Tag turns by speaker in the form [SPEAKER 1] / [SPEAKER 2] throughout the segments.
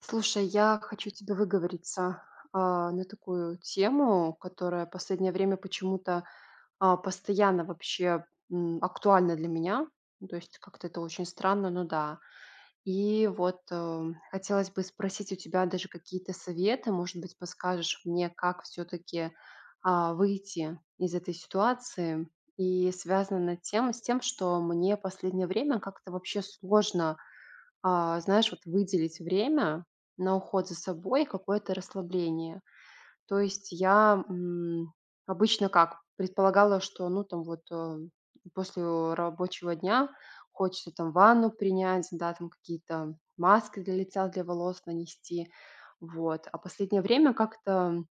[SPEAKER 1] Слушай, я хочу тебе выговориться на такую тему, которая в последнее время почему-то постоянно вообще актуальна для меня. Ну, то есть как-то это очень странно, ну да. И вот хотелось бы спросить у тебя даже какие-то советы, может быть, подскажешь мне, как все-таки выйти из этой ситуации. И связано с тем, что мне последнее время как-то вообще сложно, знаешь, вот выделить время на уход за собой и какое-то расслабление. То есть я, обычно как, предполагала, что, ну, там вот, после рабочего дня хочется там ванну принять, да, там какие-то маски для лица, для волос нанести. Вот. А последнее время как-то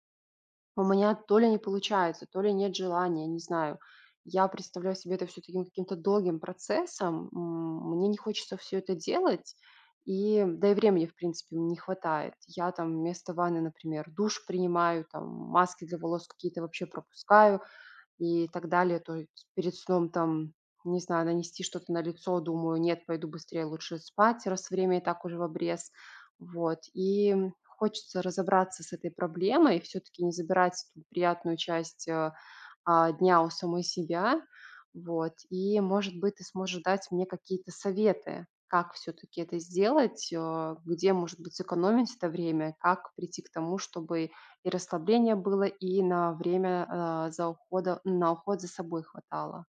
[SPEAKER 1] у меня то ли не получается, то ли нет желания, не знаю. Я представляю себе это все таким каким-то долгим процессом. Мне не хочется все это делать, и да и времени, в принципе, мне не хватает. Я там вместо ванны, например, душ принимаю, там маски для волос какие-то вообще пропускаю и так далее. То есть перед сном там, не знаю, нанести что-то на лицо, думаю, нет, пойду быстрее лучше спать, раз время и так уже в обрез. Вот. И хочется разобраться с этой проблемой, все-таки не забирать эту приятную часть дня у самой себя. Вот. И, может быть, ты сможешь дать мне какие-то советы, как все-таки это сделать, где, может быть, сэкономить это время, как прийти к тому, чтобы и расслабление было, и на время на уход за собой хватало.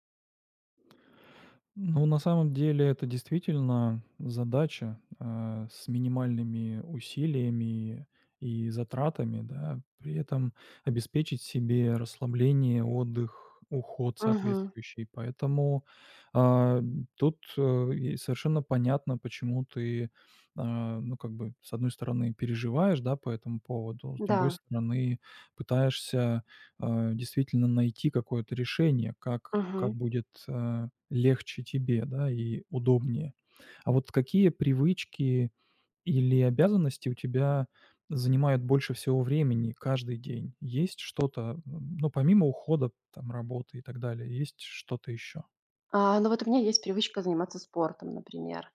[SPEAKER 2] Ну, на самом деле, это действительно задача, с минимальными усилиями и затратами, да. При этом обеспечить себе расслабление, отдых, уход
[SPEAKER 1] Мгм.
[SPEAKER 2] соответствующий. Поэтому, а, тут, и совершенно понятно, почему ты, ну, как бы, с одной стороны, переживаешь, да, по этому поводу, с другой
[SPEAKER 1] Да.
[SPEAKER 2] стороны, пытаешься действительно найти какое-то решение, как
[SPEAKER 1] Мгм.
[SPEAKER 2] будет, легче тебе, да, и удобнее. А вот какие привычки или обязанности у тебя занимают больше всего времени каждый день? Есть что-то, ну, помимо ухода, там, работы и так далее, есть что-то еще?
[SPEAKER 1] Ну вот у меня есть привычка заниматься спортом, например.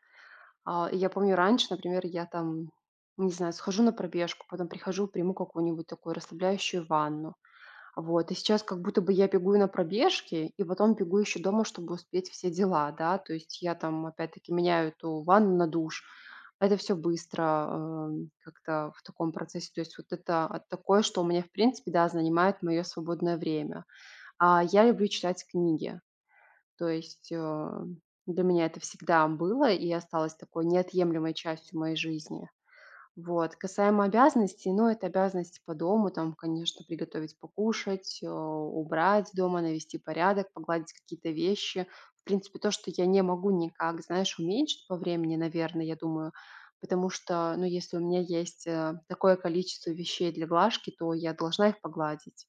[SPEAKER 1] И я помню раньше, например, я там, не знаю, схожу на пробежку, потом прихожу, приму какую-нибудь такую расслабляющую ванну. Вот, и сейчас как будто бы я бегу и на пробежке, и потом бегу еще дома, чтобы успеть все дела, да. То есть я там опять-таки меняю эту ванну на душ. Это все быстро, как-то в таком процессе. То есть вот это от такое, что у меня, в принципе, да, занимает мое свободное время. А я люблю читать книги. То есть, для меня это всегда было и осталось такой неотъемлемой частью моей жизни. Вот. Касаемо обязанностей, ну, это обязанности по дому, там, конечно, приготовить покушать, убрать дома, навести порядок, погладить какие-то вещи. В принципе, то, что я не могу никак, знаешь, уменьшить по времени, наверное, я думаю, потому что, ну, если у меня есть такое количество вещей для глажки, то я должна их погладить.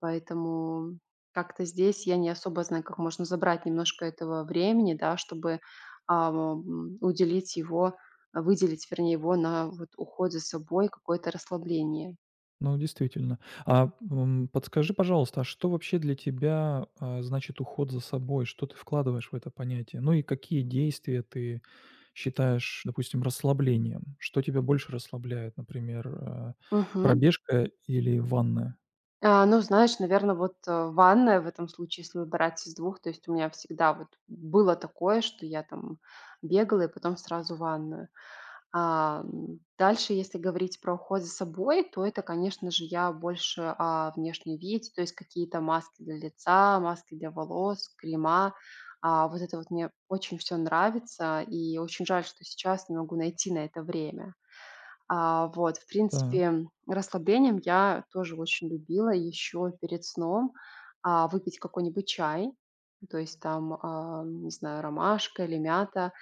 [SPEAKER 1] Поэтому как-то здесь я не особо знаю, как можно забрать немножко этого времени, да, чтобы уделить его выделить, вернее, его на вот уход за собой, какое-то расслабление.
[SPEAKER 2] Ну, действительно. Подскажи, пожалуйста, а что вообще для тебя, значит уход за собой? Что ты вкладываешь в это понятие? Ну и какие действия ты считаешь, допустим, расслаблением? Что тебя больше расслабляет, например,
[SPEAKER 1] Мгм.
[SPEAKER 2] пробежка или ванная?
[SPEAKER 1] Ну, знаешь, наверное, вот, ванная в этом случае, если выбирать из двух, то есть у меня всегда вот было такое, что я там бегала и потом сразу в ванную. Дальше, если говорить про уход за собой, то это, конечно же, я больше о внешнем виде, то есть какие-то маски для лица, маски для волос, крема. Вот это вот мне очень все нравится, и очень жаль, что сейчас не могу найти на это время. Вот, в
[SPEAKER 2] Да.
[SPEAKER 1] принципе, расслаблением я тоже очень любила еще перед сном, выпить какой-нибудь чай, то есть там, не знаю, ромашка или мята.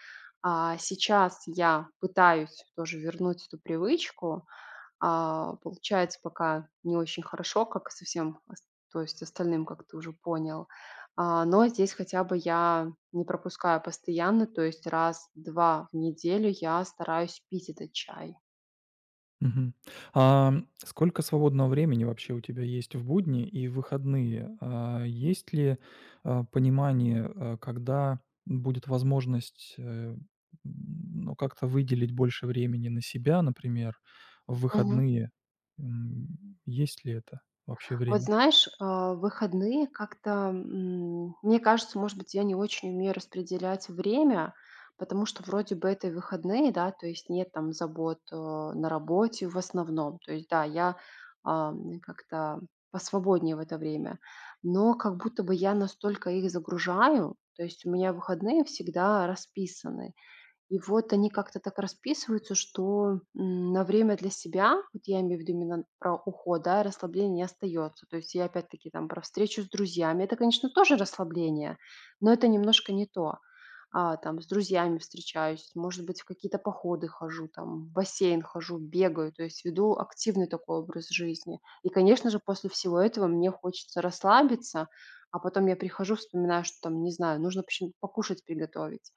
[SPEAKER 1] А сейчас я пытаюсь тоже вернуть эту привычку. Получается пока не очень хорошо, как со всем, то есть остальным, как ты уже понял. Но здесь хотя бы я не пропускаю постоянно, то есть раз-два в неделю я стараюсь пить этот чай.
[SPEAKER 2] Мгм. А, Сколько свободного времени вообще у тебя есть в будни и в выходные? А есть ли, понимание, когда будет возможность, м, ну, как-то выделить больше времени на себя, например, в выходные? Есть ли это вообще
[SPEAKER 1] Вот
[SPEAKER 2] время?
[SPEAKER 1] знаешь, в выходные как-то, мне кажется, может быть, я не очень умею распределять время, потому что вроде бы это и выходные, да, то есть нет там забот на работе в основном. То есть, да, я как-то посвободнее в это время, но как будто бы я настолько их загружаю, то есть у меня выходные всегда расписаны. И вот они как-то так расписываются, что, на время для себя, вот я имею в виду именно про уход, да, расслабление не остается. То есть я опять-таки там про встречу с друзьями- это, конечно, тоже расслабление, но это немножко не то. Там с друзьями встречаюсь, может быть, в какие-то походы хожу, там, в бассейн хожу, бегаю, то есть веду активный такой образ жизни. И, конечно же, после всего этого мне хочется расслабиться, а потом я прихожу, вспоминаю, что там, не знаю, нужно почему-то покушать приготовить.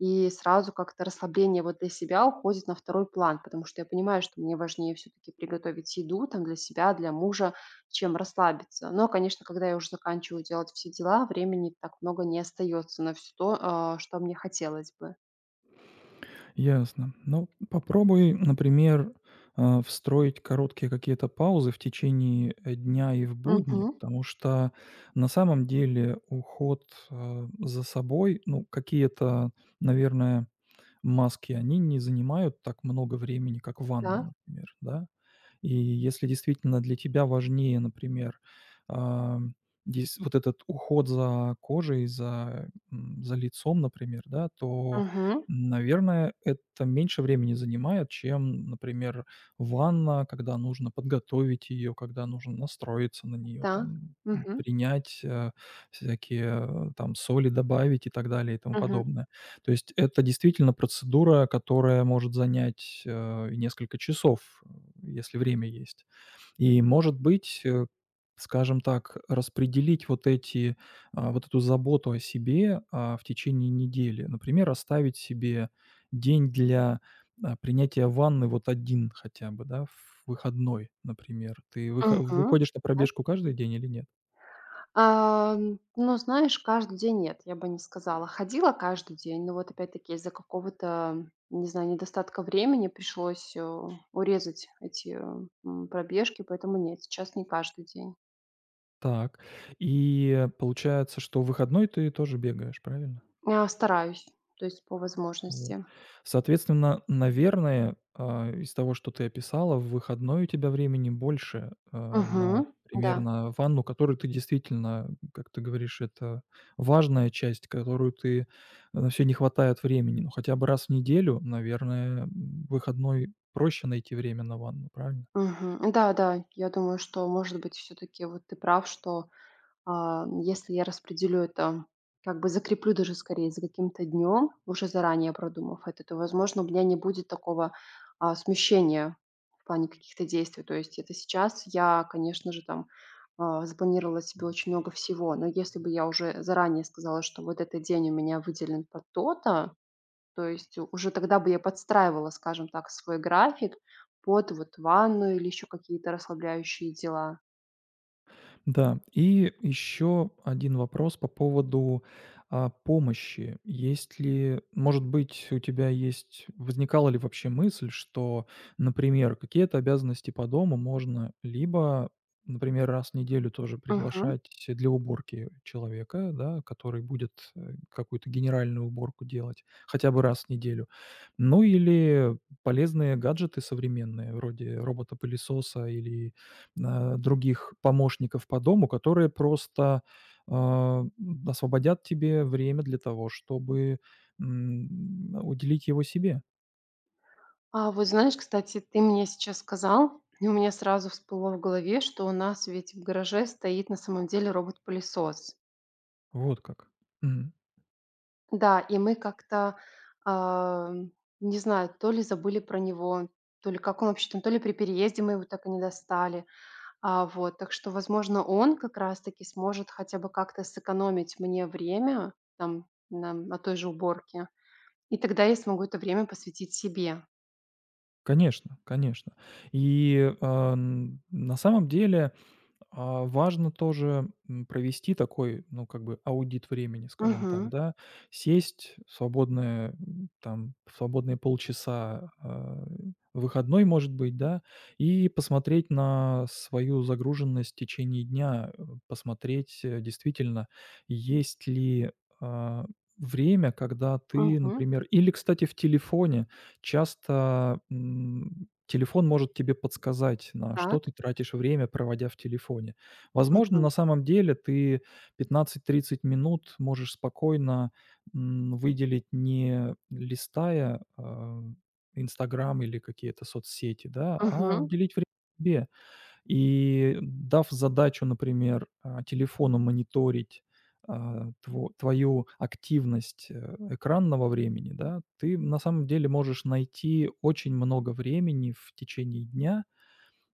[SPEAKER 1] И сразу как-то расслабление вот для себя уходит на второй план, потому что я понимаю, что мне важнее все-таки приготовить еду там для себя, для мужа, чем расслабиться. Но, конечно, когда я уже заканчиваю делать все дела, времени так много не остается на все то, что мне хотелось бы.
[SPEAKER 2] Ясно. Ну, попробуй, например, встроить короткие какие-то паузы в течение дня и в будни,
[SPEAKER 1] Мгм.
[SPEAKER 2] потому что на самом деле уход за собой, ну, какие-то, наверное, маски, они не занимают так много времени, как ванна,
[SPEAKER 1] Да.
[SPEAKER 2] например, да? И если действительно для тебя важнее, например, ам, дес вот этот уход за кожей, за, за лицом, например, да, то,
[SPEAKER 1] Мгм.
[SPEAKER 2] наверное, это меньше времени занимает, чем, например, ванна, когда нужно подготовить ее, когда нужно настроиться на нее,
[SPEAKER 1] Да.
[SPEAKER 2] там,
[SPEAKER 1] Мгм.
[SPEAKER 2] принять, всякие, там, соли добавить и так далее и тому
[SPEAKER 1] Мгм.
[SPEAKER 2] подобное. То есть это действительно процедура, которая может занять, и несколько часов, если время есть. И, может быть, скажем так, распределить вот эту заботу о себе, в течение недели. Например, оставить себе день для, принятия ванны вот один хотя бы, да, в выходной, например. Ты
[SPEAKER 1] Мгм.
[SPEAKER 2] выходишь на
[SPEAKER 1] Да.
[SPEAKER 2] пробежку каждый день или нет?
[SPEAKER 1] Ну, знаешь, каждый день нет, я бы не сказала. Ходила каждый день, но вот опять-таки из-за какого-то, не знаю, недостатка времени пришлось, урезать эти, пробежки, поэтому нет, сейчас не каждый день.
[SPEAKER 2] Так. И получается, что в выходной ты тоже бегаешь, правильно?
[SPEAKER 1] Я стараюсь, то есть по
[SPEAKER 2] Вот.
[SPEAKER 1] возможности.
[SPEAKER 2] Соответственно, наверное, из того, что ты описала, в выходной у тебя времени больше, на
[SPEAKER 1] Мгм. Да.
[SPEAKER 2] примерно ванну, которую ты действительно, как ты говоришь, это важная часть, которую ты на все не хватает времени. Но хотя бы раз в неделю, наверное, в выходной проще найти время на ванну, правильно?
[SPEAKER 1] Мгм. Да-да, я думаю, что, может быть, все таки вот ты прав, что, если я распределю это, как бы закреплю даже скорее за каким-то днем, уже заранее продумав это, то, возможно, у меня не будет такого, смещения в плане каких-то действий. То есть это сейчас я, конечно же, там, запланировала себе очень много всего, но если бы я уже заранее сказала, что вот этот день у меня выделен под то-то, то есть уже тогда бы я подстраивала, скажем так, свой график под вот ванну или еще какие-то расслабляющие дела.
[SPEAKER 2] Да, и еще один вопрос по поводу, помощи. Есть ли, может быть, у тебя есть, возникала ли вообще мысль, что, например, какие-то обязанности по дому можно либо, например, раз в неделю тоже
[SPEAKER 1] Мгм.
[SPEAKER 2] приглашать для уборки человека, да, который будет, какую-то генеральную уборку делать хотя бы раз в неделю. Ну или полезные гаджеты современные, вроде робота-пылесоса или других помощников по дому, которые просто, а, освободят тебе время для того, чтобы, уделить его себе.
[SPEAKER 1] А вот знаешь, кстати, ты мне сейчас сказал, и у меня сразу всплыло в голове, что у нас ведь в гараже стоит на самом деле робот-пылесос.
[SPEAKER 2] Вот как. Мгм.
[SPEAKER 1] Да, и мы как-то, а, не знаю, то ли забыли про него, то ли как он вообще там, то ли при переезде мы его так и не достали. Вот, так что, возможно, он как раз таки сможет хотя бы как-то сэкономить мне время, там, на той же уборке, и тогда я смогу это время посвятить себе.
[SPEAKER 2] Конечно, конечно. И, а, н на самом деле важно тоже, провести такой, ну, как бы аудит времени, скажем так,
[SPEAKER 1] Мгм,
[SPEAKER 2] да. Сесть в свободное, там, в свободные полчаса, выходной, может быть, да, и посмотреть на свою загруженность в течение дня, посмотреть, действительно, есть ли, а, время, когда ты,
[SPEAKER 1] мгм,
[SPEAKER 2] например. Или, кстати, в телефоне часто, телефон может тебе подсказать, на что
[SPEAKER 1] так,
[SPEAKER 2] ты тратишь время, проводя в телефоне. Возможно,
[SPEAKER 1] мгм,
[SPEAKER 2] на самом деле ты 15-30 минут можешь спокойно, выделить, не листая, "Инстаграм" или какие-то соцсети, да, а
[SPEAKER 1] мгм.
[SPEAKER 2] уделить время себе. И дав задачу, например, телефону мониторить, твою активность, экранного времени, да, ты на самом деле можешь найти очень много времени в течение дня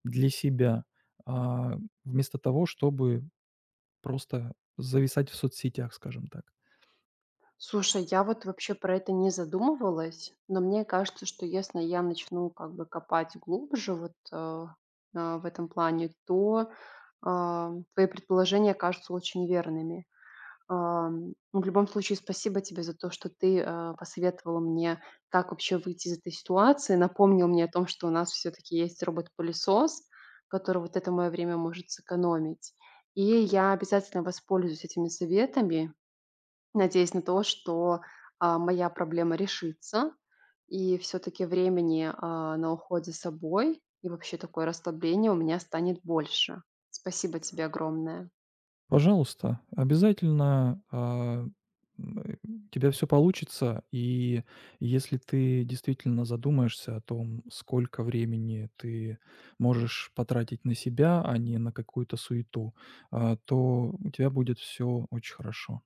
[SPEAKER 2] для себя, а, вместо того, чтобы просто зависать в соцсетях, скажем так.
[SPEAKER 1] Слушай, я вот вообще про это не задумывалась, но мне кажется, что если я начну как бы копать глубже вот, в этом плане, то, твои предположения кажутся очень верными. Ну, в любом случае, спасибо тебе за то, что ты, посоветовала мне, как вообще выйти из этой ситуации, напомнил мне о том, что у нас все таки есть робот-пылесос, который вот это мое время может сэкономить. И я обязательно воспользуюсь этими советами, надеясь на то, что, моя проблема решится, и все таки времени, на уход за собой и вообще такое расслабление у меня станет больше. Спасибо тебе огромное.
[SPEAKER 2] Пожалуйста, обязательно, у тебя все получится. И если ты действительно задумаешься о том, сколько времени ты можешь потратить на себя, а не на какую-то суету, то у тебя будет все очень хорошо.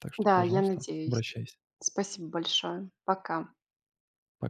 [SPEAKER 2] Так что,
[SPEAKER 1] Да, я
[SPEAKER 2] пожалуйста,
[SPEAKER 1] надеюсь.
[SPEAKER 2] обращайся. Пока.
[SPEAKER 1] Спасибо большое. Пока.